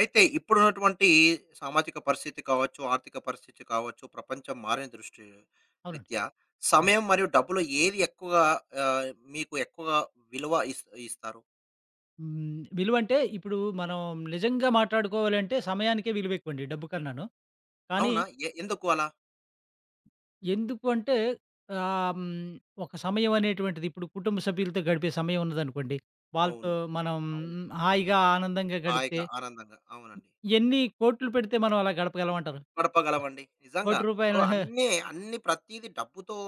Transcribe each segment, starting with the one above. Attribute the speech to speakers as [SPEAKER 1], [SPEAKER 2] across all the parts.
[SPEAKER 1] అయితే ఇప్పుడున్నటువంటి సామాజిక పరిస్థితి కావచ్చు, ఆర్థిక పరిస్థితి కావచ్చు, ప్రపంచం మారిన దృష్టి
[SPEAKER 2] అవునండి.
[SPEAKER 1] రీత్యా సమయం మరియు డబ్బులో ఏది ఎక్కువగా ఆహ్, మీకు ఎక్కువగా విలువ ఇస్తారు?
[SPEAKER 2] హ్మ్. విలువంటే ఇప్పుడు మనం నిజంగా మాట్లాడుకోవాలంటే సమయానికే విలువెక్కువండి డబ్బు కన్నాను. కానీ
[SPEAKER 1] అవునా? ఎందుకు అలా?
[SPEAKER 2] ఎందుకు అంటే ఆహ్, హ్మ్, ఒక సమయం అనేటువంటిది ఇప్పుడు కుటుంబ సభ్యులతో గడిపే సమయం ఉన్నదనుకోండి. వాళ్ళతో
[SPEAKER 1] అవును.
[SPEAKER 2] మనం
[SPEAKER 1] అవును.
[SPEAKER 2] హాయిగా ఆనందంగా గడిపితే
[SPEAKER 1] హాయిగా, ఆనందంగా. అవునండి.
[SPEAKER 2] ఎన్ని కోట్లు పెడితే మనం అలా గడపగలమంటారు?
[SPEAKER 1] గడపగలమండి. నిజంగా.
[SPEAKER 2] రూ.
[SPEAKER 1] ఇప్పుడు
[SPEAKER 2] 1,00,00,000
[SPEAKER 1] అన్నీ ప్రతీది డబ్బుతో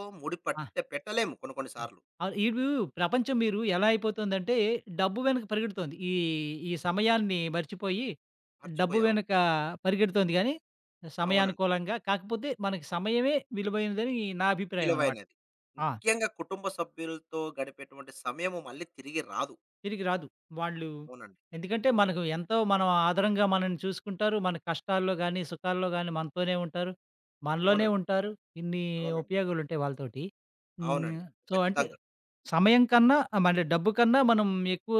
[SPEAKER 2] ఆ!
[SPEAKER 1] ముడిపట్టె పెట్టలేము కొన్ని కొన్ని
[SPEAKER 2] ఆ!
[SPEAKER 1] సార్లు.
[SPEAKER 2] అవును. ఈడు ప్రపంచం మీరు ఎలా అయిపోతుందంటే, డబ్బు వెనక పరిగెడుతోంది. ఈ సమయాన్ని మర్చిపోయి, డబ్బు
[SPEAKER 1] మర్చిపోయాం.
[SPEAKER 2] వెనక పరిగెడుతోంది గానీ,
[SPEAKER 1] అవునండి.
[SPEAKER 2] సమయానుకూలంగా కాకపోతే మనకి సమయమే విలువైనదని నా అభిప్రాయం అనమాట.
[SPEAKER 1] విలువైనది.
[SPEAKER 2] ఆ!
[SPEAKER 1] ముఖ్యంగా కుటుంబ సభ్యులతో గడిపేటువంటి సమయము మళ్ళీ తిరిగి రాదు.
[SPEAKER 2] తిరిగి రాదు. వాళ్ళు
[SPEAKER 1] అవునండి.
[SPEAKER 2] ఎందుకంటే మనకు ఎంతో మనం ఆదరంగా మనల్ని చూసుకుంటారు. మన కష్టాల్లో గాని, సుఖాల్లో గాని మనతోనే ఉంటారు. మనలోనే
[SPEAKER 1] అవునండి.
[SPEAKER 2] ఉంటారు. ఇన్ని
[SPEAKER 1] అవునండి.
[SPEAKER 2] ఉపయోగాలుంటాయి వాళ్ళతోటి. హ్మ్.
[SPEAKER 1] అవునండి.
[SPEAKER 2] సో, అంటే
[SPEAKER 1] ఖచ్చితంగా.
[SPEAKER 2] సమయం కన్నా మన డబ్బు కన్నా మనం ఎక్కువ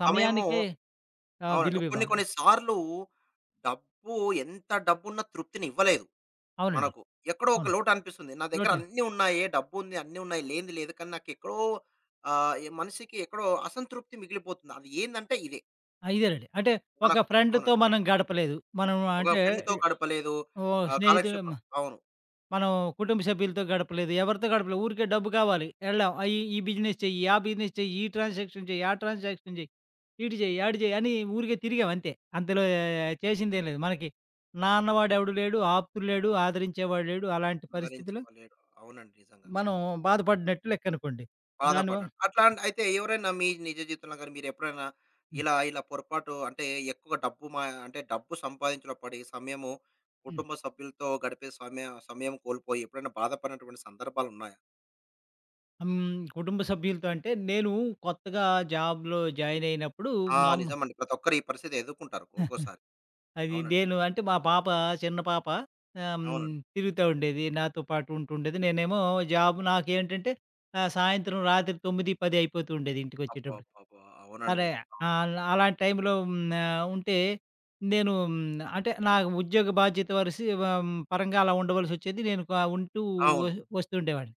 [SPEAKER 2] సమయానికే
[SPEAKER 1] సమయము అవునండి. కొన్ని
[SPEAKER 2] విలువివ్వాలి.
[SPEAKER 1] కొన్ని సార్లు డబ్బు ఎంత డబ్బున్న తృప్తినివ్వలేదు
[SPEAKER 2] అవునండి.
[SPEAKER 1] మనకు. ఎక్కడో ఒక
[SPEAKER 2] అవును.
[SPEAKER 1] లోటనిపిస్తుంది. నా దగ్గర
[SPEAKER 2] నోటే.
[SPEAKER 1] అన్నీ ఉన్నాయే, డబ్బుంది, అన్నీ ఉన్నాయి, లేనిది లేదు. కానీ నాకెక్కడో ఈ మనిషికి ఎక్కడో అసంతృప్తి మిగిలిపోతుంది. అది ఏందంటే ఇదే.
[SPEAKER 2] ఆ! ఇదేనండి. అంటే
[SPEAKER 1] మనకు
[SPEAKER 2] ఒక ఫ్రెండ్‌తో
[SPEAKER 1] అవునండి.
[SPEAKER 2] మనం గడపలేదు. మనం
[SPEAKER 1] ఒక
[SPEAKER 2] అంటే
[SPEAKER 1] ఫ్రెండ్‌తో గడపలేదు.
[SPEAKER 2] ఓ స్నేహితుడు
[SPEAKER 1] కాలక్షేపం అవును.
[SPEAKER 2] మనం కుటుంబ సభ్యులతో గడపలేదు. ఎవరితో గడపలేదు. ఊరికే డబ్బు కావాలి. ఎళ్ళాం. ఈ ఈ బిజినెస్ చెయ్యి, ఆ బిజినెస్ చెయ్యి, ఈ ట్రాన్సాక్షన్ చెయ్యి, ఆ ట్రాన్సాక్షన్ చెయ్యి, ఈటు చెయ్యి, ఆడు చెయ్యి అని ఊరికే తిరిగాం అంతే. అంతలో చేసిందేం లేదు. మనకి నాన్నవాడు ఎవడు లేడు, ఆప్తుడు లేడు, ఆదరించేవాడు లేడు. అలాంటి
[SPEAKER 1] ఆదరించి
[SPEAKER 2] పరిస్థితిలో
[SPEAKER 1] లేడు. అవునండి నిజంగా.
[SPEAKER 2] మనం బాధపడినట్టు లెక్కనుకోండి. దానివ
[SPEAKER 1] బాధపడినట్టు. అట్లాంటి అయితే ఎవరైనా మీ నిజ జీవితంలో గాని మీరెప్పుడైనా
[SPEAKER 2] హ్మ్.
[SPEAKER 1] ఇలా పొరపాటు అంటే ఎక్కువ డబ్బు మా అంటే డబ్బు సంపాదించడంలో పడి సమయము
[SPEAKER 2] హ్మ్.
[SPEAKER 1] కుటుంబ సభ్యులతో గడిపే సమయం కోల్పోయి ఎప్పుడైనా బాధపడినటువంటి సందర్భాలున్నాయా?
[SPEAKER 2] హ్మ్. కుటుంబ సభ్యులతో అంటే నేను కొత్తగా జాబ్‌లో జాయిన్ అయినప్పుడు
[SPEAKER 1] ఆ!
[SPEAKER 2] మా అమ్మ,
[SPEAKER 1] నిజమండి. ప్రతి ఒక్కరు ఈ పరిస్థితి ఎదుర్కుంటారు ఒక్కోసారి.
[SPEAKER 2] అది
[SPEAKER 1] అవునండి.
[SPEAKER 2] నేను అంటే మా పాప, చిన్న పాప ఆహ్, హ్మ్.
[SPEAKER 1] అవునండి.
[SPEAKER 2] తిరుగుతా ఉండేది. నాతో పాటు ఉంటుండేది. నేనేమో జాబ్ నాకేంటంటే సాయంత్రం రాత్రి 9, 10 అయిపోతూ ఉండేది ఇంటికొచ్చేటప్పుడు.
[SPEAKER 1] అబ్బబ్బబ్బా! అవునండి.
[SPEAKER 2] అరే
[SPEAKER 1] అవును.
[SPEAKER 2] అలాంటి టైంలో ఉంటే నేను అంటే నా ఉద్యోగ బాధ్యత వరిసి పరంగా అలా ఉండవలసొచ్చేది. నేను ఉంటూ వ
[SPEAKER 1] అవును.
[SPEAKER 2] వస్తూ ఉండేవాడిని.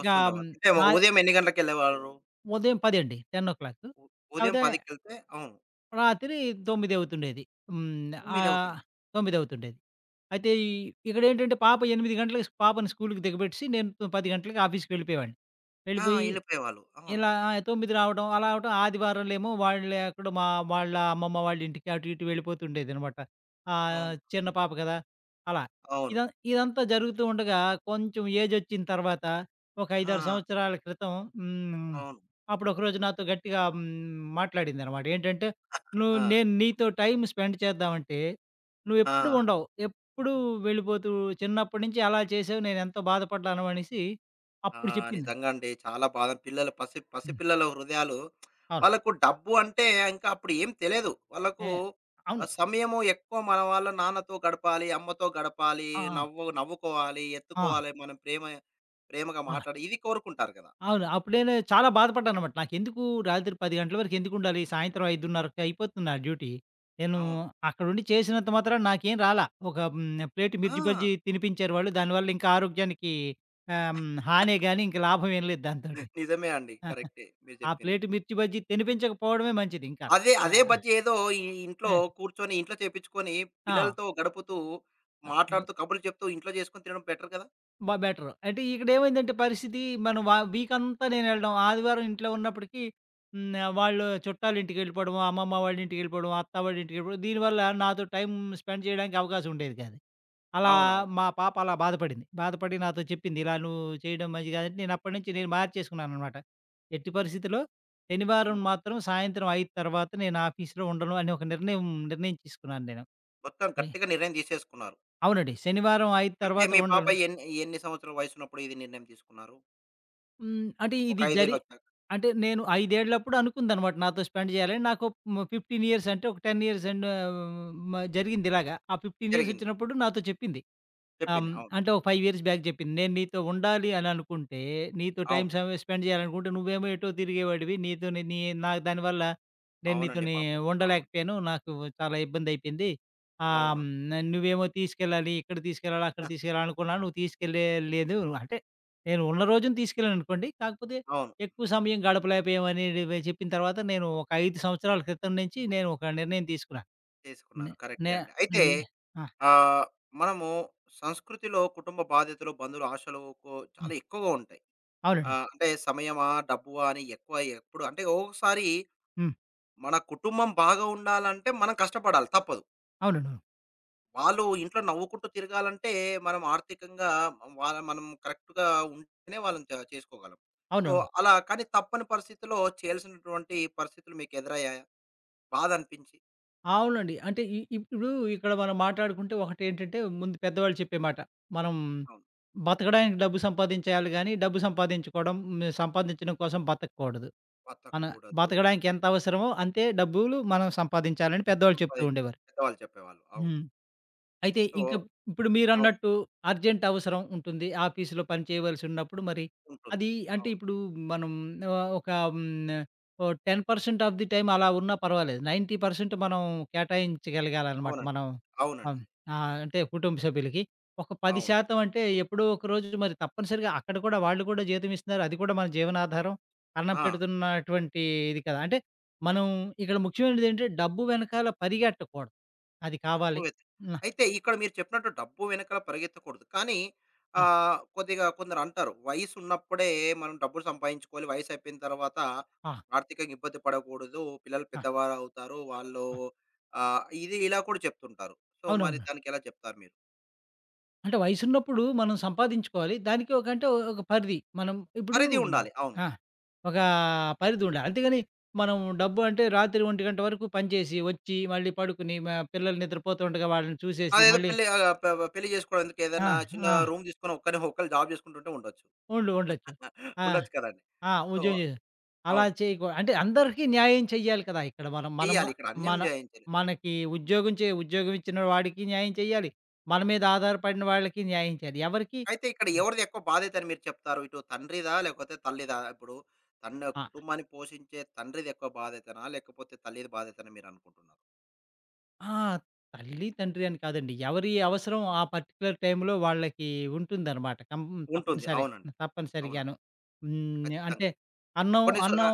[SPEAKER 2] ఇక హ్మ్.
[SPEAKER 1] అంటే
[SPEAKER 2] ఆహ్,
[SPEAKER 1] ఉదయం ఎన్ని గంటలకెళ్ళేవారు?
[SPEAKER 2] ఉదయం 10 అండి. 10:00.
[SPEAKER 1] ఉ ఉదయం
[SPEAKER 2] కాకపోతే
[SPEAKER 1] 10కెళ్తే అవును.
[SPEAKER 2] రాత్రి 9 అవుతుండేది. హ్మ్.
[SPEAKER 1] 9
[SPEAKER 2] ఆహ్,
[SPEAKER 1] అవుతుండే.
[SPEAKER 2] 9 అవుతుండేది. అయితే ఇక్కడేంటంటే పాప 8 గంటలకి పాపని స్కూలుకి దిగబెట్టేసి నేను 10 గంటలకి ఆఫీస్‌కి వెళ్ళిపోయేవాడిని.
[SPEAKER 1] ఆ!
[SPEAKER 2] వెళ్ళిపోయి
[SPEAKER 1] ఎళ్ళిపోయేవాళ్ళు. అవును.
[SPEAKER 2] ఇలా 9 రావడం, అలా అవటం, ఆదివారంలేమో వాళ్ళే ఎక్కడో వాళ్ళ అమ్మమ్మ వాళ్ళ ఇంటికి అటు ఇటు వెళ్ళిపోతుండేదనమాట.
[SPEAKER 1] అవును.
[SPEAKER 2] చిన్న పాప కదా! అలా.
[SPEAKER 1] అవును.
[SPEAKER 2] ఇద ఇదంతా జరుగుతూ ఉండగా కొంచెం ఏజొచ్చిన తర్వాత ఒక 5,
[SPEAKER 1] ఆ!
[SPEAKER 2] 6 సంవత్సరాల క్రితం హ్మ్.
[SPEAKER 1] అవును.
[SPEAKER 2] అప్పుడొక రోజు నాతో గట్టిగా మాట్లాడిందనమాట. ఏంటంటే, "నువ్వు,
[SPEAKER 1] ఆ!
[SPEAKER 2] నేను నీతో టైమ్ స్పెండ్ చేద్దామంటే,
[SPEAKER 1] ఆ!
[SPEAKER 2] నువ్వెప్పుడు ఉండవు. ఎప్పుడూ వెళ్ళిపోతూ చిన్నప్పటి నుంచి అలా చేసావు, నేనెంతో బాధపడ్డాను" అనేసి
[SPEAKER 1] ఆ!
[SPEAKER 2] అప్పుడు చెప్పింది.
[SPEAKER 1] నిజంగా అండి. చాలా బాధ పిల్లలు పసి పసి
[SPEAKER 2] హ్మ్.
[SPEAKER 1] పిల్లల హృదయాలు
[SPEAKER 2] అవును.
[SPEAKER 1] వాళ్ళకు డబ్బు అంటే ఇంకా అప్పుడు ఏం తెలీదు. వాళ్ళకు
[SPEAKER 2] ఏ అవును.
[SPEAKER 1] సమయము ఎక్కువ మన వాళ్ళ నాన్నతో గడపాలి, అమ్మతో గడపాలి,
[SPEAKER 2] ఆ!
[SPEAKER 1] నవ్వు నవ్వుకోవాలి,
[SPEAKER 2] ఆ!
[SPEAKER 1] ఎత్తుకోవాలి, మనం ప్రేమగా
[SPEAKER 2] ఆ! ఆ!
[SPEAKER 1] మాట్లాడి ఇది కోరుకుంటారు కదా!
[SPEAKER 2] అవును. అప్పుడు నేను చాలా బాధపడ్డాననమాట. నాకెందుకు రాత్రి 10 గంటల వరకు ఎందుకుండాలి? సాయంత్రం 5:30కి అయిపోతుంది నా డ్యూటీ. నేను
[SPEAKER 1] అవును.
[SPEAKER 2] అక్కడుండి చేసినంత మాత్రాన నాకేం రాలా. ఒక ప్లేట్
[SPEAKER 1] ఆ!
[SPEAKER 2] మిర్చి బజ్జీ తినిపించారు వాళ్ళు. దానివల్ల ఇంకా ఆరోగ్యానికి హానే గాని ఇంక లాభం ఏం లేదు దాంతోటి.
[SPEAKER 1] నిజమే అండి. కరెక్టే మీరు
[SPEAKER 2] ఆ
[SPEAKER 1] చెప్పింది.
[SPEAKER 2] ప్లేట్ మిర్చి బజ్జీ తినిపించకపోవడమే మంచిది ఇంకా.
[SPEAKER 1] అదే
[SPEAKER 2] ఆ!
[SPEAKER 1] అదే బజ్జీ ఏదో ఈ ఇంట్లో కూర్చొని ఇంట్లో చేపించుకొని
[SPEAKER 2] ఆ!
[SPEAKER 1] పిల్లలతో గడుపుతూ,
[SPEAKER 2] ఆ!
[SPEAKER 1] మాట్లాడుతూ కబుర్లు చెప్తూ ఇంట్లో చేసుకొని తినడం బెటర్ కదా!
[SPEAKER 2] బెటర్. అంటే ఇక్కడేమైందంటే పరిస్థితి మనం వీకంతా నేనెళ్ళడం. ఆదివారం ఇంట్లో ఉన్నప్పటికి వాళ్ళు చుట్టాలింటికెళ్ళిపోవడం, అమ్మమ్మ వాళ్ళింటికెళ్ళిపోవడం, అత్త వాళ్ళింటికెళ్ళిపోవడం. దీనివల్ల నాతో టైం స్పెండ్ చేయడానికి అవకాశం ఉండేది కాదు. అలా
[SPEAKER 1] అవునవును.
[SPEAKER 2] మా పాప అలా బాధపడింది. బాధపడి నాతో చెప్పింది. ఇలా నువ్వు చేయడం మంచిది కాదంటే నేనప్పటి నుంచి నేను మార్చేసుకున్నాననమాట. ఎట్టి పరిస్థితిలో శనివారం
[SPEAKER 1] హ్మ్.
[SPEAKER 2] మాత్రం సాయంత్రం 5 తర్వాత నేను ఆఫీస్‌లో ఉండను అని ఒక నిర్ణయం నిర్ణయం తీసుకున్నాను నేను.
[SPEAKER 1] మొత్తం
[SPEAKER 2] ఎ
[SPEAKER 1] గట్టిగా నిర్ణయం తీసేసుకున్నారు.
[SPEAKER 2] అవునండి. శనివారం 5
[SPEAKER 1] అంటే
[SPEAKER 2] తర్వాత
[SPEAKER 1] మీ పాప
[SPEAKER 2] ఉండను.
[SPEAKER 1] ఎన్ని ఎన్ని సంవత్సరాల వయసున్నప్పుడు ఇది నిర్ణయం తీసుకున్నారు?
[SPEAKER 2] హ్మ్. అంటే
[SPEAKER 1] ఒక
[SPEAKER 2] ఇది
[SPEAKER 1] 5 ఏళ్ళు
[SPEAKER 2] జరి
[SPEAKER 1] వచ్చాక
[SPEAKER 2] అంటే నేను ఐదేళ్ళప్పుడు అనుకుందనమాట నాతో స్పెండ్ చేయాలని. నాకు 15 ఇయర్స్, అంటే ఒక 10 ఇయర్స్ అండ్ ఆహ్, మ జరిగిందిలాగా. ఆ 15 ఇయర్స్
[SPEAKER 1] జరిగింది.
[SPEAKER 2] వచ్చినప్పుడు నాతో చెప్పింది. ఆ! హ్మ్.
[SPEAKER 1] చెప్పింది. అవును.
[SPEAKER 2] అంటే ఒక 5 ఇయర్స్ బ్యాక్ చెప్పింది. నేను నీతో ఉండాలి అని అనుకుంటే, నీతో టైమ్,
[SPEAKER 1] అవును.
[SPEAKER 2] సమయం స్పెండ్ చేయాలనుకుంటే, నువ్వేమో ఎటో తిరిగేవాడివి. నీతోని నీ నాకు దానివల్ల నేను
[SPEAKER 1] అవునండి
[SPEAKER 2] నీతోని
[SPEAKER 1] పాపం. అవును.
[SPEAKER 2] ఉండలేకపోయాను. నాకు చాలా ఇబ్బందయిపోయింది. ఆహ్,
[SPEAKER 1] అవును.
[SPEAKER 2] హ్మ్. నువ్వేమో తీసుకెళ్ళాలి, ఇక్కడ తీసుకెళ్ళాలి, అక్కడ
[SPEAKER 1] హ,
[SPEAKER 2] తీసుకెళ్ళాలి అనుకున్నాను. నువ్వు తీసుకెళ్ళలేదు. అంటే నేను ఉన్న రోజున తీసుకెళ్ళాననుకోండి. కాకపోతే
[SPEAKER 1] అవును.
[SPEAKER 2] ఎక్కువ సమయం గడపలేకపోయాం అనేటివి చెప్పిన తర్వాత నేను ఒక 5 సంవత్సరాల క్రితం నుంచి నేను ఒక నిర్ణయం తీసుకున్నాను. నే
[SPEAKER 1] చేసుకున్నారు. కరెక్టే
[SPEAKER 2] నే
[SPEAKER 1] అండి. అయితే
[SPEAKER 2] హ్మ్. ఆ!
[SPEAKER 1] ఆహ్, మనము సంస్కృతిలో కుటుంబ బాధ్యతలు, బంధువుల ఆశలకు
[SPEAKER 2] హ్మ్.
[SPEAKER 1] చాలా ఎక్కువగా ఉంటాయి.
[SPEAKER 2] అవునండి.
[SPEAKER 1] అంటే సమయమా, డబ్బువా అని ఎక్కువ ఎప్పుడు అంటే ఒక్కొక్కసారి
[SPEAKER 2] హ్మ్.
[SPEAKER 1] మన కుటుంబం బాగా ఉండాలంటే మనం కష్టపడాలి తప్పదు.
[SPEAKER 2] అవునండి.
[SPEAKER 1] వాళ్ళు ఇంట్లో నవ్వుకుంటూ తిరగాలంటే, మనం ఆర్థికంగా వాళ్ళ మనం కరెక్ట్‌గా ఉంటేనే వాళ్ళని చేసుకోగలం. సో,
[SPEAKER 2] అవును.
[SPEAKER 1] అలా కానీ తప్పని పరిస్థితిలో చేయాల్సినటువంటి పరిస్థితులు మీకు ఎదురయ్యాయా? బాధ అనిపించి?
[SPEAKER 2] అవునండి. అంటే ఇప్పుడు ఇక్కడ మనం మాట్లాడుకుంటే ఒకటేంటంటే ముందు పెద్దవాళ్ళు చెప్పే మాట. మనం
[SPEAKER 1] అవును.
[SPEAKER 2] బతకడానికి డబ్బు సంపాదించేయాలి గానీ, డబ్బు సంపాదించుకోవడం, సంపాదించడం కోసం బతకకూడదు. మన
[SPEAKER 1] బతకూడదు.
[SPEAKER 2] బతకడానికి ఎంత
[SPEAKER 1] కరెక్ట్.
[SPEAKER 2] అవసరమో అంతే డబ్బులు మనం సంపాదించాలని పెద్దవాళ్ళు చెప్తూ
[SPEAKER 1] సంపాదిం
[SPEAKER 2] ఉండేవారు.
[SPEAKER 1] పెద్దవాళ్ళు చెప్పేవాళ్ళు. అవును.
[SPEAKER 2] హ్మ్. అయితే
[SPEAKER 1] సో
[SPEAKER 2] ఇంక ఇప్పుడు
[SPEAKER 1] అవును.
[SPEAKER 2] మీరన్నట్టు అర్జెంట్ అవసరం ఉంటుంది. ఆఫీస్‌లో పని చేయవలసున్నప్పుడు మరి
[SPEAKER 1] ఉంటుంది.
[SPEAKER 2] అది అంటే
[SPEAKER 1] అవును.
[SPEAKER 2] ఇప్పుడు మనం ఒక హ్మ్, ఓ 10% ఆఫ్ ది టైమ్ అలా ఉన్నా పర్వాలేదు. 90% మనం కేటాయించగలగాలనమాట.
[SPEAKER 1] అవునండి.
[SPEAKER 2] మనం
[SPEAKER 1] అవునండి.
[SPEAKER 2] ఆహ్, ఆహ్, అంటే కుటుంబ సభ్యులకి. ఒక
[SPEAKER 1] అవును.
[SPEAKER 2] 10% అంటే ఎప్పుడో ఒక రోజు మరి తప్పనిసరిగా అక్కడ కూడా వాళ్ళు కూడా జీతం ఇస్తున్నారు. అది కూడా మన జీవనాధారం. అన్నం
[SPEAKER 1] ఆ!
[SPEAKER 2] పెడుతున్నటువంటి ఇది కదా! అంటే మనం ఇక్కడ ముఖ్యమైనదేంటంటే డబ్బు వెనకాల పరిగెట్టకూడదు. అది
[SPEAKER 1] డబ్బు
[SPEAKER 2] కావాలి.
[SPEAKER 1] వెత్
[SPEAKER 2] హ్మ్.
[SPEAKER 1] అయితే ఇక్కడ మీరు చెప్పినట్టు డబ్బు వెనకాల పరిగెత్తకూడదు. కానీ
[SPEAKER 2] ఆ!
[SPEAKER 1] కొద్దిగా కొందరు అంటారు, "వయసు ఉన్నప్పుడే మనం డబ్బులు సంపాదించుకోవాలి. వయసు అయిపోయిన తర్వాత
[SPEAKER 2] ఆ!
[SPEAKER 1] ఆర్థికంగా ఇబ్బంది పడకూడదు. పిల్లలు
[SPEAKER 2] ఆ!
[SPEAKER 1] పెద్దవారు అవుతారు. వాళ్ళు"
[SPEAKER 2] ఆ!
[SPEAKER 1] ఇది ఇలా కూడా చెప్తుంటారు. సో, మరి
[SPEAKER 2] అవునవును.
[SPEAKER 1] దానికి ఎలా చెప్తారు మీరు?
[SPEAKER 2] అంటే వయసున్నప్పుడు మనం సంపాదించుకోవాలి. దానికి ఒక అంటే ఒక పరిధి. మనం ఇప్పుడు
[SPEAKER 1] పరిధి ఉండాలి. అవును.
[SPEAKER 2] ఆ! ఒక పరిధి ఉండాలి. అంతేగాని మనం డబ్బు అంటే రాత్రి 1 గంట వరకు పనిచేసి, వచ్చి మళ్ళీ పడుకుని మా పిల్లలు నిద్రపోతుండగా వాళ్ళని చూసేసి
[SPEAKER 1] అదేదో
[SPEAKER 2] మళ్ళీ
[SPEAKER 1] పెళ్లి ఆహ్, ప పెళ్లి చేసుకోవడానికి
[SPEAKER 2] ఆ!
[SPEAKER 1] ఏదైనా చిన్న
[SPEAKER 2] ఆ!
[SPEAKER 1] రూమ్ తీసుకొని ఒక్కరిని ఒకళ్ళు జాబ్ చేసుకుంటుంటే ఉండొచ్చు.
[SPEAKER 2] ఉండొచ్చు. ఆ!
[SPEAKER 1] ఉండొచ్చు కదండీ.
[SPEAKER 2] ఆ!
[SPEAKER 1] సో
[SPEAKER 2] ఉద్యోగం చేసి అలా
[SPEAKER 1] అవును.
[SPEAKER 2] చేయకూ, అంటే అందరికీ న్యాయం చెయ్యాలి కదా! ఇక్కడ మనం మన మ
[SPEAKER 1] చెయ్యాలి. ఇక్కడ అన్యాయం
[SPEAKER 2] మన
[SPEAKER 1] జేయం
[SPEAKER 2] మనకి ఉద్యోగం ఉద్యోగం ఇచ్చిన వాడికి న్యాయం చెయ్యాలి. మన మీద ఆధారపడిన వాళ్ళకి న్యాయం చేయాలి. ఎవరికీ.
[SPEAKER 1] అయితే ఇక్కడ ఎవరిది ఎక్కువ బాధ్యత అని మీరు చెప్తారు? ఇటు తండ్రిదా? లేకపోతే తల్లిదా? ఇప్పుడు తన
[SPEAKER 2] ఆ!
[SPEAKER 1] కుటుంబాన్ని పోషించే తండ్రిది ఎక్కువ బాధ్యతనా? లేకపోతే తల్లిది బాధ్యతనా మీరనుకుంటున్నారు?
[SPEAKER 2] ఆ! తల్లి, తండ్రి అని కాదండి. ఎవరి అవసరం ఆ పర్టిక్యులర్ టైమ్‌లో వాళ్ళకి ఉంటుందనమాట.
[SPEAKER 1] ఉంటుంది.
[SPEAKER 2] తప్పనిసరి
[SPEAKER 1] అవునండి.
[SPEAKER 2] తప్పనిసరిగాను.
[SPEAKER 1] అవునండి.
[SPEAKER 2] హ్మ్.
[SPEAKER 1] ఖచ్చితంగా.
[SPEAKER 2] అంటే అన్నం
[SPEAKER 1] కొన్ని సా
[SPEAKER 2] అన్నం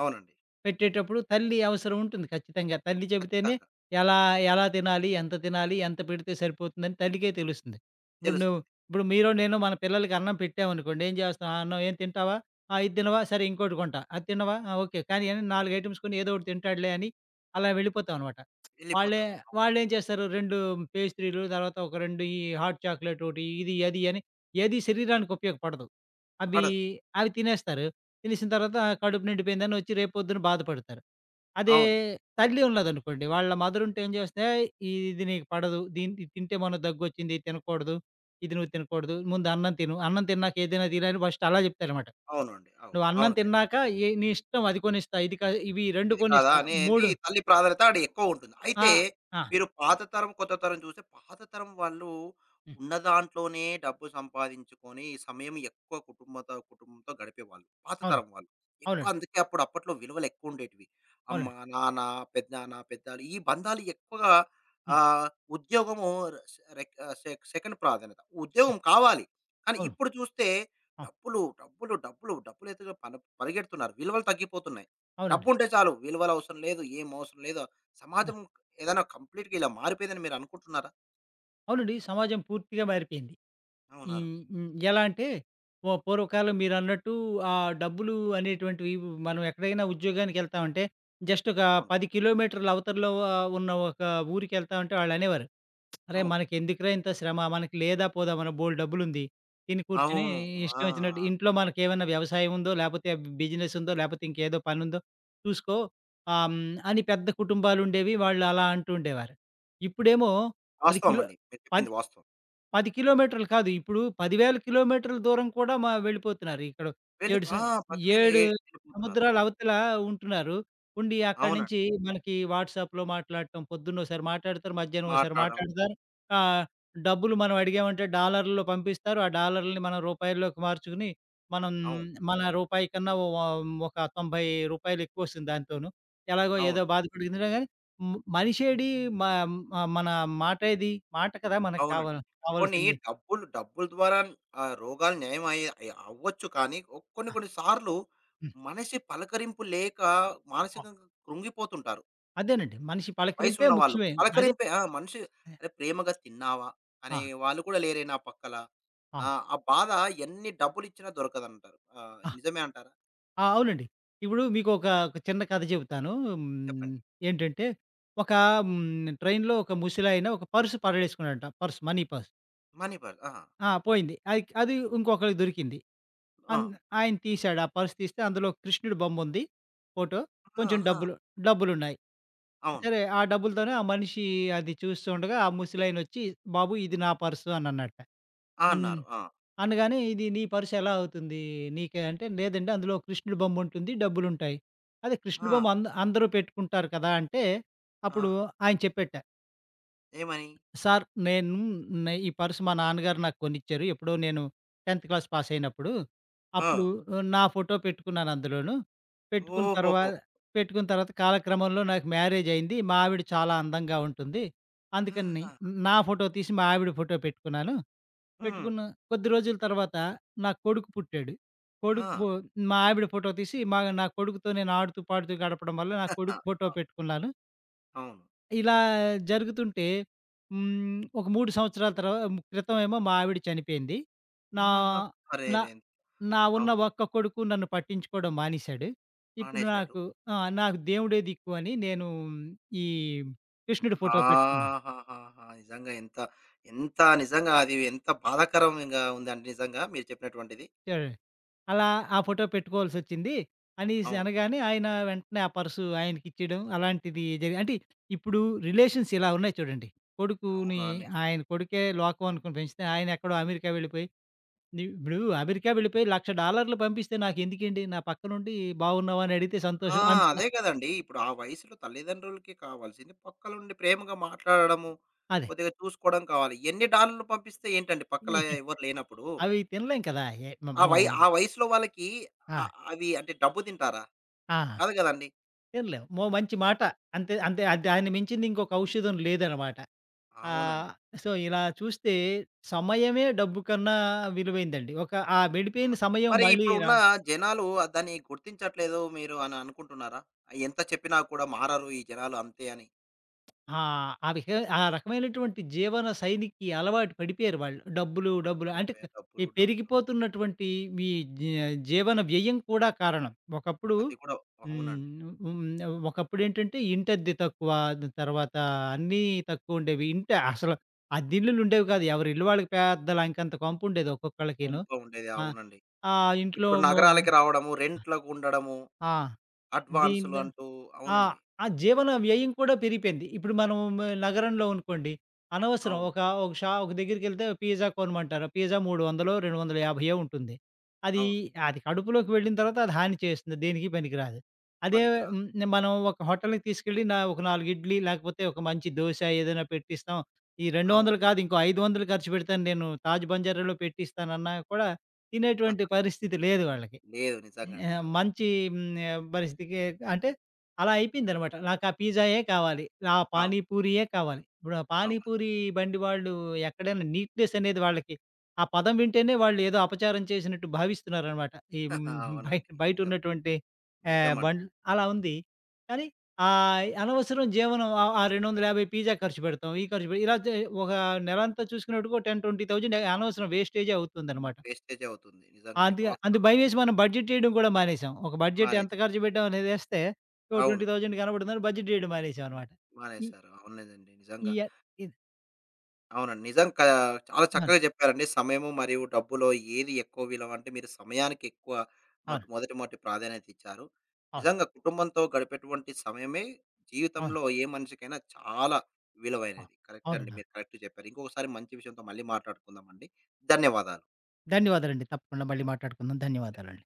[SPEAKER 1] అవునండి.
[SPEAKER 2] పెట్టేటప్పుడు తల్లి అవసరం ఉంటుంది ఖచ్చితంగా. తల్లి చెబితేనే
[SPEAKER 1] ఖచ్చితంగా.
[SPEAKER 2] ఎలా, ఎలా తినాలి, ఎంత తినాలి, ఎంత పెడితే సరిపోతుందని తల్లికే తెలుస్తుంది. ఇప్పుడు నువ్వు
[SPEAKER 1] తెలుస్తుంది.
[SPEAKER 2] ఇప్పుడు మీరో, నేనో మన పిల్లలకి అన్నం పెట్టామనుకోండి ఏం చేస్తాం? "ఆ! అన్నం ఏం తింటావా? ఆ! ఇది తినవా? సరే ఇంకోటి కొంటా. అది తినవా? ఆ! ఓకే. కానీ" అని 4 ఐటెమ్స్ కొని ఏదో ఒకటి తింటాడులే అని అలా వెళ్ళిపోతాం అనమాట. వాళ్ళే
[SPEAKER 1] వెళ్ళిపోతాం.
[SPEAKER 2] వాళ్ళేం చేస్తారు? 2 పేస్ట్రీలు, తర్వాత ఒక 2 ఈ హాట్ చాక్లేట్ ఒకటి, ఇది, అది అని, ఏది శరీరానికి ఉపయోగపడదు. అవి,
[SPEAKER 1] పడదు.
[SPEAKER 2] అవి తినేస్తారు. తెలిసిన తర్వాత, "ఆ, కడుపు నిండిపోయిందని" వచ్చి రేపు పొద్దున బాధపడతారు. అదే
[SPEAKER 1] అవును.
[SPEAKER 2] తల్లి ఉన్నదనుకోండి, వాళ్ళ మదర్ ఉంటే ఏం చేస్తే, ఇది నీకు పడదు. దీన్ని, ఇది తింటే మొన్న దగ్గొచ్చింది. ఇది తినకూడదు. ఇది నువ్వు తినకూడదు. ముందు అన్నం తిను. అన్నం తిన్నాక ఏదైనా తిను" అని ఫస్ట్ అలా చెప్తారనమాట.
[SPEAKER 1] అవునండి. అవును.
[SPEAKER 2] "నువ్వు అన్నం
[SPEAKER 1] అవును. ఖచ్చితంగా.
[SPEAKER 2] తిన్నాక నీ ఇష్టం అది కొనిస్తా. ఇది క ఇవి 2
[SPEAKER 1] ఇది కాదా
[SPEAKER 2] కొనిస్తా.
[SPEAKER 1] అనేది
[SPEAKER 2] 3."
[SPEAKER 1] తల్లి ప్రాధాన్యత ఆడ ఎక్కువుంటుంది.
[SPEAKER 2] ఆ!
[SPEAKER 1] అయితే
[SPEAKER 2] ఆ!
[SPEAKER 1] మీరు పాత తరం, కొత్త తరం చూస్తే పాత తరం వాళ్ళు
[SPEAKER 2] హ్మ్.
[SPEAKER 1] ఉన్న దాంట్లోనే డబ్బు సంపాదించుకొని సమయం ఎక్కువ కుటుంబంతో గడిపేవాళ్ళు. పాత
[SPEAKER 2] అవును.
[SPEAKER 1] తరం వాళ్ళు. ఎక్కువ
[SPEAKER 2] అవునండి.
[SPEAKER 1] అందుకే అప్పుడు అప్పట్లో విలువలు ఎక్కువుండేటివి. అమ్మ,
[SPEAKER 2] అవునండి.
[SPEAKER 1] నాన్న, పెద్దనాన్న, పెద్దాలు ఈ బంధాలు ఎక్కువగా
[SPEAKER 2] హ్మ్.
[SPEAKER 1] ఆహ్, ఉద్యోగము స్ రెక్ సె సెకండ్ ప్రాధాన్యత.
[SPEAKER 2] ఆ!
[SPEAKER 1] ఉద్యోగం కావాలి. కానీ
[SPEAKER 2] అవును.
[SPEAKER 1] ఇప్పుడు చూస్తే
[SPEAKER 2] ఆ!
[SPEAKER 1] డబ్బులు, డబ్బులు, డబ్బులు, డబ్బులెతుకు పన పరిగెడుతున్నారు. విలువలు తగ్గిపోతున్నాయి.
[SPEAKER 2] అవునండి.
[SPEAKER 1] డబ్బుంటే చాలు. విలువలు అవసరం లేదు. ఏం అవసరం లేదు.
[SPEAKER 2] ఆ!
[SPEAKER 1] సమాజం ఏదైనా కంప్లీట్‌గా ఇలా మారిపోయిందని మీరు అనుకుంటున్నారా?
[SPEAKER 2] అవునండి. ఈ సమాజం పూర్తిగా మారిపోయింది.
[SPEAKER 1] అవునవును.
[SPEAKER 2] హ్మ్. హ్మ్. ఎలా అంటే ఓ పూర్వకాలం మీరన్నట్టు, ఆ డబ్బులు అనేటువంటివి మనం ఎక్కడైనా ఉద్యోగానికెళ్తామంటే జస్ట్ ఒక
[SPEAKER 1] అవును.
[SPEAKER 2] 10 కిలోమీటర్ల అవతల్లో ఉన్న ఒక ఊరికెళ్తామంటే వాళ్ళనేవారు, "అరేయ్!
[SPEAKER 1] అవును.
[SPEAKER 2] మనకెందుకురా ఇంత శ్రమ? మనకి లేదా పోదా, మన బోలెడు డబ్బులుంది. తిని కూర్చొని
[SPEAKER 1] అవును. ఆ!
[SPEAKER 2] ఇష్టం వచ్చినట్టు ఇంట్లో మనకేమన్నా వ్యవసాయం ఉందో, లేపోతే బిజినెస్ ఉందో, లేపోతే ఇంకేదో పనుందో చూసుకో" ఆహ్, హ్మ్, అని. పెద్ద కుటుంబాలుండేవి. వాళ్ళు అలా అంటూ ఉండేవారు. ఇప్పుడేమో 10
[SPEAKER 1] వాస్తవం
[SPEAKER 2] కిలో
[SPEAKER 1] అండి. మీరు
[SPEAKER 2] ప
[SPEAKER 1] చెప్పింది వాస్తవం.
[SPEAKER 2] 10 కిలోమీటర్లు కాదు. ఇప్పుడు 10,000 కిలోమీటర్ల దూరం కూడా వెళ్ళిపోతున్నారు. ఇక్కడ 7
[SPEAKER 1] ఆ! 10,000
[SPEAKER 2] 7
[SPEAKER 1] వెళ్ళిపోతున్నారు.
[SPEAKER 2] సముద్రాల అవతల ఉంటున్నారు. ఉండి అక్కడి నుంచి
[SPEAKER 1] అవునండి.
[SPEAKER 2] మనకి వాట్సాప్‌లో మాట్లాడటం, పొద్దున్నోసారి మాట్లాడతారు, మధ్యాహ్నం ఓసారి
[SPEAKER 1] మాట్లాడడం.
[SPEAKER 2] మాట్లాడతారు. ఆహ్, డబ్బులు మనం అడిగామంటే డాలర్‌లో పంపిస్తారు. ఆ డాలర్‌లని మనం రూపాయల్లోకి మార్చుకుని, మనం
[SPEAKER 1] అవును.
[SPEAKER 2] మన రూపాయి కన్నా ఒక రూ. 90 ఎక్కువొస్తుంది దాంతోను. ఎలాగో ఏదో
[SPEAKER 1] అవును.
[SPEAKER 2] బాధపడి గాని, మనిషేడి, మ మ మన మాటేది, మాట కదా మనకు
[SPEAKER 1] అవునండి.
[SPEAKER 2] కావాలి,
[SPEAKER 1] పోనీ
[SPEAKER 2] కావాల్సింది.
[SPEAKER 1] డబ్బులు డబ్బుల ద్వారా రోగాలు నయం అయ్యే అయ్ అవ్వచ్చు కానీ కొన్ని
[SPEAKER 2] ఆ!
[SPEAKER 1] కొన్ని సార్లు
[SPEAKER 2] హ్మ్.
[SPEAKER 1] మనిషి పలకరింపు లేక
[SPEAKER 2] ఆ!
[SPEAKER 1] మానసికంగా కృంగిపోతుంటారు.
[SPEAKER 2] అదేనండి. మనిషి పలకరింపే
[SPEAKER 1] వయసున్న వాళ్ళు.
[SPEAKER 2] ముఖ్యమే. అదే.
[SPEAKER 1] పలకరింపే ఆ! మనిషి
[SPEAKER 2] ఆ!
[SPEAKER 1] అరే ప్రేమగా తిన్నావా? అనే వాళ్ళు కూడా లేరే నా పక్కల.
[SPEAKER 2] ఆ!
[SPEAKER 1] ఆ! ఆ బాధ ఎన్ని డబ్బులిచ్చినా దొరకదంటారు. ఆ!
[SPEAKER 2] ఆ!
[SPEAKER 1] నిజమే అంటారా?
[SPEAKER 2] ఆ! అవునండి. ఇప్పుడు మీకొక చిన్న కథ చెబుతాను. హ్మ్.
[SPEAKER 1] చెప్పండి.
[SPEAKER 2] ఏంటంటే ఒక ట్రైన్‌లో ఒక ముసలాయన ఒక పర్స్ పడేసుకున్నాడట. Purse, money purse.
[SPEAKER 1] Money purse. ఆ!
[SPEAKER 2] ఆ! పోయింది. అది అది ఇంకొకళ్ళకి దొరికింది.
[SPEAKER 1] ఆ!
[SPEAKER 2] అన్ ఆయన తీశాడు. ఆ పర్స్ తీస్తే అందులో కృష్ణుడి బొమ్ముంది, ఫోటో.
[SPEAKER 1] ఆ!
[SPEAKER 2] కొంచెం
[SPEAKER 1] ఆ!
[SPEAKER 2] డబ్బులున్నాయి.
[SPEAKER 1] అవును.
[SPEAKER 2] సరే ఆ డబ్బులతోనే ఆ మనిషి అది చూస్తూ ఉండగా ఆ ముసలాయనొచ్చి, "బాబు, ఇది నా పర్సు" అనన్నాడట.
[SPEAKER 1] ఆ!
[SPEAKER 2] హ్మ్.
[SPEAKER 1] అన్నారు. ఆ!
[SPEAKER 2] అనగానే, "ఇది నీ పర్స్ ఎలా అవుతుంది?" "నీకే" అంటే, "లేదండి, అందులో కృష్ణుడి బొమ్మ ఉంటుంది, డబ్బులుంటాయి. అదే కృష్ణుడి
[SPEAKER 1] ఆ!
[SPEAKER 2] బొమ్మ అందరూ పెట్టుకుంటారు కదా!" అంటే, అప్పుడు
[SPEAKER 1] ఆ!
[SPEAKER 2] ఆయన చెప్పేట,
[SPEAKER 1] ఏమని?
[SPEAKER 2] "సార్, నేను ఈ పర్స్ మా నాన్నగారు నాకు కొనిచ్చారు, ఎప్పుడో నేను 10వ క్లాస్ పాస్ అయినప్పుడు.
[SPEAKER 1] ఆ!
[SPEAKER 2] అప్పుడు నా ఫోటో పెట్టుకున్నాను అందులోను. పెట్టుకున్న తర్వా
[SPEAKER 1] ఓహోహో!
[SPEAKER 2] పెట్టుకున్న తర్వాత కాలక్రమంలో నాకు మ్యారేజ్ అయింది. మా ఆవిడ చాలా అందంగా ఉంటుంది. అందుకని
[SPEAKER 1] ఆహా!
[SPEAKER 2] నా ఫోటో తీసి మా ఆవిడ ఫోటో పెట్టుకున్నాను.
[SPEAKER 1] హ్మ్.
[SPEAKER 2] పెట్టుకున్న కొద్ది రోజుల తర్వాత నా కొడుకు పుట్టాడు.
[SPEAKER 1] ఆ!
[SPEAKER 2] కొడుకు ఫో మా ఆవిడ ఫోటో తీసి నా కొడుకుతో నేను ఆడుతూ, పాడుతూ గడపడం వల్ల నా కొడుకు ఫోటో పెట్టుకున్నాను.
[SPEAKER 1] అవును.
[SPEAKER 2] ఇలా జరుగుతుంటే ఒక 3 సంవత్సరాల క్రితం ఏమో మా ఆవిడ చనిపోయింది. నా
[SPEAKER 1] ఆహా!
[SPEAKER 2] నా
[SPEAKER 1] అరేరే!
[SPEAKER 2] నా ఉన్న
[SPEAKER 1] అవును.
[SPEAKER 2] ఒక్క కొడుకు నన్ను పట్టించుకోవడం మానేశాడు. ఇప్పుడు
[SPEAKER 1] మానేశాడు.
[SPEAKER 2] నాకు ఆ! నాకు దేవుడే దిక్కు అని నేను ఈ కృష్ణుడి ఫోటో పెట్టుకున్నా."
[SPEAKER 1] ఆహాహాహా! నిజంగా ఎంత నిజంగా అది ఎంత బాధాకరంగా ఉందండి నిజంగా మీరు చెప్పినటువంటిది.
[SPEAKER 2] చూడండి, అలా ఆ ఫోటో పెట్టుకోవాల్సొచ్చింది అనేసి
[SPEAKER 1] అవును.
[SPEAKER 2] అనగానే, ఆయన వెంటనే ఆ పర్సు ఆయనకిచ్చేయడం అలాంటిది జరిగి, అంటే ఇప్పుడు రిలేషన్స్ ఇలా ఉన్నాయి చూడండి. కొడుకుని,
[SPEAKER 1] అవునవును.
[SPEAKER 2] ఆయన కొడుకే లోకం అనుకుని పెంచితే, ఆయనెక్కడో అమెరికా వెళ్ళిపోయి ఇప్పుడు అమెరికా వెళ్ళిపోయి $1,00,000 పంపిస్తే నాకెందుకండి? నా పక్కనుండి, "బాగున్నావా?" అని అడిగితే
[SPEAKER 1] ఆ!
[SPEAKER 2] సంతోషం అంటున్న.
[SPEAKER 1] అదే కదండీ! ఇప్పుడు ఆ వయసులో తల్లిదండ్రులకి కావాల్సింది పక్కలుండి ప్రేమగా మాట్లాడడము,
[SPEAKER 2] అదే.
[SPEAKER 1] కొద్దిగా చూసుకోవడం కావాలి. ఎన్ని డాలర్లు పంపిస్తే ఏంటండి పక్కల
[SPEAKER 2] ఈ
[SPEAKER 1] ఎవరు లేనప్పుడు?
[SPEAKER 2] అవి తినలేం కదా! ఎ మ మనం.
[SPEAKER 1] ఆ వయసులో వాళ్ళకి
[SPEAKER 2] ఆ!
[SPEAKER 1] అవి అంటే డబ్బు తింటారా?
[SPEAKER 2] ఆ!
[SPEAKER 1] కాదు కదండీ!
[SPEAKER 2] తినలేం. మంచి మాట. అంతే, అంతే, దాన్ని మించింది ఇంకొక ఔషధం లేదనమాట. ఆహ్,
[SPEAKER 1] అవునండి.
[SPEAKER 2] సో, ఇలా చూస్తే సమయమే డబ్బు కన్నా విలువైందండి. ఒక ఆ
[SPEAKER 1] హ్మ్.
[SPEAKER 2] గడిపిన సమయం
[SPEAKER 1] మరి
[SPEAKER 2] మళ్ళీ
[SPEAKER 1] ఇప్పుడున్న జనాలు ఆ దాన్ని గుర్తించట్లేదు మీరు అని అనుకుంటున్నారా? ఆ ఎంత చెప్పినా కూడా మారరు ఈ జనాలు అంతే అని.
[SPEAKER 2] ఆ! ఆ విహ ఆ రకమైనటువంటి జీవన శైలికి అలవాటు పడిపోయారు వాళ్ళు. డబ్బులు,
[SPEAKER 1] అలవాటు
[SPEAKER 2] డబ్బులు అంటే
[SPEAKER 1] పడిపోయారు
[SPEAKER 2] ఈ
[SPEAKER 1] డబ్బులు, డబ్బులు.
[SPEAKER 2] పెరిగిపోతున్నటువంటి మీ జీ జీవన వ్యయం కూడా కారణం. ఒకప్పుడు
[SPEAKER 1] అది కూడా అవునండి.
[SPEAKER 2] హ్మ్, హ్మ్. ఒకప్పుడేంటంటే ఇంటద్దె తక్కువ, దాని తర్వాత అన్నీ తక్కువుండేవి. ఇంట అసలు అద్దిల్లులుండేవి కాదు. ఎవరి ఇల్లు వాళ్ళకి పెద్ద లంకంత కొంపుండేది ఒక్కొక్కళ్ళకిను.
[SPEAKER 1] గుంపు ఉండేది.
[SPEAKER 2] ఆ!
[SPEAKER 1] అవునండి.
[SPEAKER 2] ఆ ఇంట్లో
[SPEAKER 1] ఇప్పుడు
[SPEAKER 2] మొ
[SPEAKER 1] నగరాలకి రావడము, రెంట్‌లకు ఉండడము,
[SPEAKER 2] ఆ! దీన్
[SPEAKER 1] అడ్వాన్సులు అంటూ
[SPEAKER 2] ఆ!
[SPEAKER 1] అవునండి.
[SPEAKER 2] ఆ జీవన వ్యయం కూడా పెరిగిపోయింది. ఇప్పుడు మనం నగరంలో అనుకోండి, అనవసరం
[SPEAKER 1] అవును.
[SPEAKER 2] ఒక ఒక షా ఒక దగ్గరికెళ్తే పిజ్జా కొనమంటారు. పిజ్జా 300, 250 ఉంటుంది. అది
[SPEAKER 1] అవును.
[SPEAKER 2] అది కడుపులోకి వెళ్ళిన తర్వాత అది హాని చేస్తుంది, దేనికి పనికిరాదు. అదే
[SPEAKER 1] పనికిరాదు.
[SPEAKER 2] మనం ఒక హోటల్‌కి తీసుకెళ్ళి నా ఒక 4 ఇడ్లీ లేకపోతే ఒక మంచి దోస ఏదైనా పెట్టిస్తాం. ఈ
[SPEAKER 1] అవును.
[SPEAKER 2] 200 కాదు, ఇంకో 500 ఖర్చు పెడతాను, నేను తాజ్ బంజారాలో పెట్టిస్తానన్నా కూడా తినేటువంటి పరిస్థితి లేదు వాళ్ళకి.
[SPEAKER 1] లేదు.
[SPEAKER 2] ఆ!
[SPEAKER 1] నిజంగండి. అవును.
[SPEAKER 2] మంచి పరిస్థితికి అంటే అలా అయిపోయిందనమాట. నాకా పిజ్జాయే కావాలి. ఆ పానీ
[SPEAKER 1] అవునండి.
[SPEAKER 2] పూరియే కావాలి. ఇప్పుడు ఆ
[SPEAKER 1] అవును.
[SPEAKER 2] పానీ
[SPEAKER 1] కావాలి
[SPEAKER 2] పూరి బండి వాళ్ళు, ఎక్కడైనా నీట్‌నెస్ అనేది వాళ్ళకి, ఆ పదం వింటేనే వాళ్ళు ఏదో అపచారం చేసినట్టు భావిస్తున్నారనమాట. ఈ
[SPEAKER 1] అవునండి. నిజం.
[SPEAKER 2] బయటున్నటువంటి
[SPEAKER 1] నిజమండి.
[SPEAKER 2] బండ్లు అలా ఉంది. కానీ అనవసరం జీవనం ఆ ఆ 250 పిజ్జా ఖర్చు పెడతాం. ఈ ఖర్చు పె ఇలా చే ఒక నెలంతా చూసుకునేటికి ఒక 10, 20,000 అనవసరం వేస్టేజే అవుతుందనమాట.
[SPEAKER 1] వేస్టేజే అవుతుంది. నిజంగండి.
[SPEAKER 2] అది అందు
[SPEAKER 1] వాస్తవం అండి.
[SPEAKER 2] భయమేసి మనం బడ్జెట్ చేయడం కూడా మానేసాం. ఒక బడ్జెట్ ఎంత
[SPEAKER 1] మానేసారు.
[SPEAKER 2] ఖర్చు పెట్టాం అనేదేస్తే ఓ
[SPEAKER 1] అవును.
[SPEAKER 2] 20,000 కనపడుతుందని బడ్జెట్ చేయడం మానేసాం అనమాట. ఈ
[SPEAKER 1] మానేశారు. అవునండి.
[SPEAKER 2] ఈ
[SPEAKER 1] నిజంగా.
[SPEAKER 2] య ఇది.
[SPEAKER 1] అవునండి. నిజం కా చాలా
[SPEAKER 2] అవును.
[SPEAKER 1] చక్కగా చెప్పారండి. సమయము మరియు డబ్బులో ఏది ఎక్కువ విలువ అంటే మీరు సమయానికి ఎక్కువ
[SPEAKER 2] అవును.
[SPEAKER 1] మొదటి మొదటి ప్రాధాన్యత ఇచ్చారు.
[SPEAKER 2] అవును.
[SPEAKER 1] నిజంగా కుటుంబంతో గడిపేటువంటి సమయమే
[SPEAKER 2] అవును.
[SPEAKER 1] జీవితంలో ఏ మనిషికైనా చాలా
[SPEAKER 2] అవును.
[SPEAKER 1] విలువైనది. కరెక్ట్
[SPEAKER 2] అవునండి.
[SPEAKER 1] అండి.
[SPEAKER 2] అవును.
[SPEAKER 1] మీరు కరెక్ట్ చెప్పారు. ఇంకొకసారి మంచి విషయంతో మళ్ళీ మాట్లాడుకుందామండి. ధన్యవాదాలు.
[SPEAKER 2] ధన్యవాదాలండి. తప్పకుండా మళ్ళీ మాట్లాడుకుందాం.
[SPEAKER 1] ధన్యవాదాలు.
[SPEAKER 2] ధన్యవాదాలండి.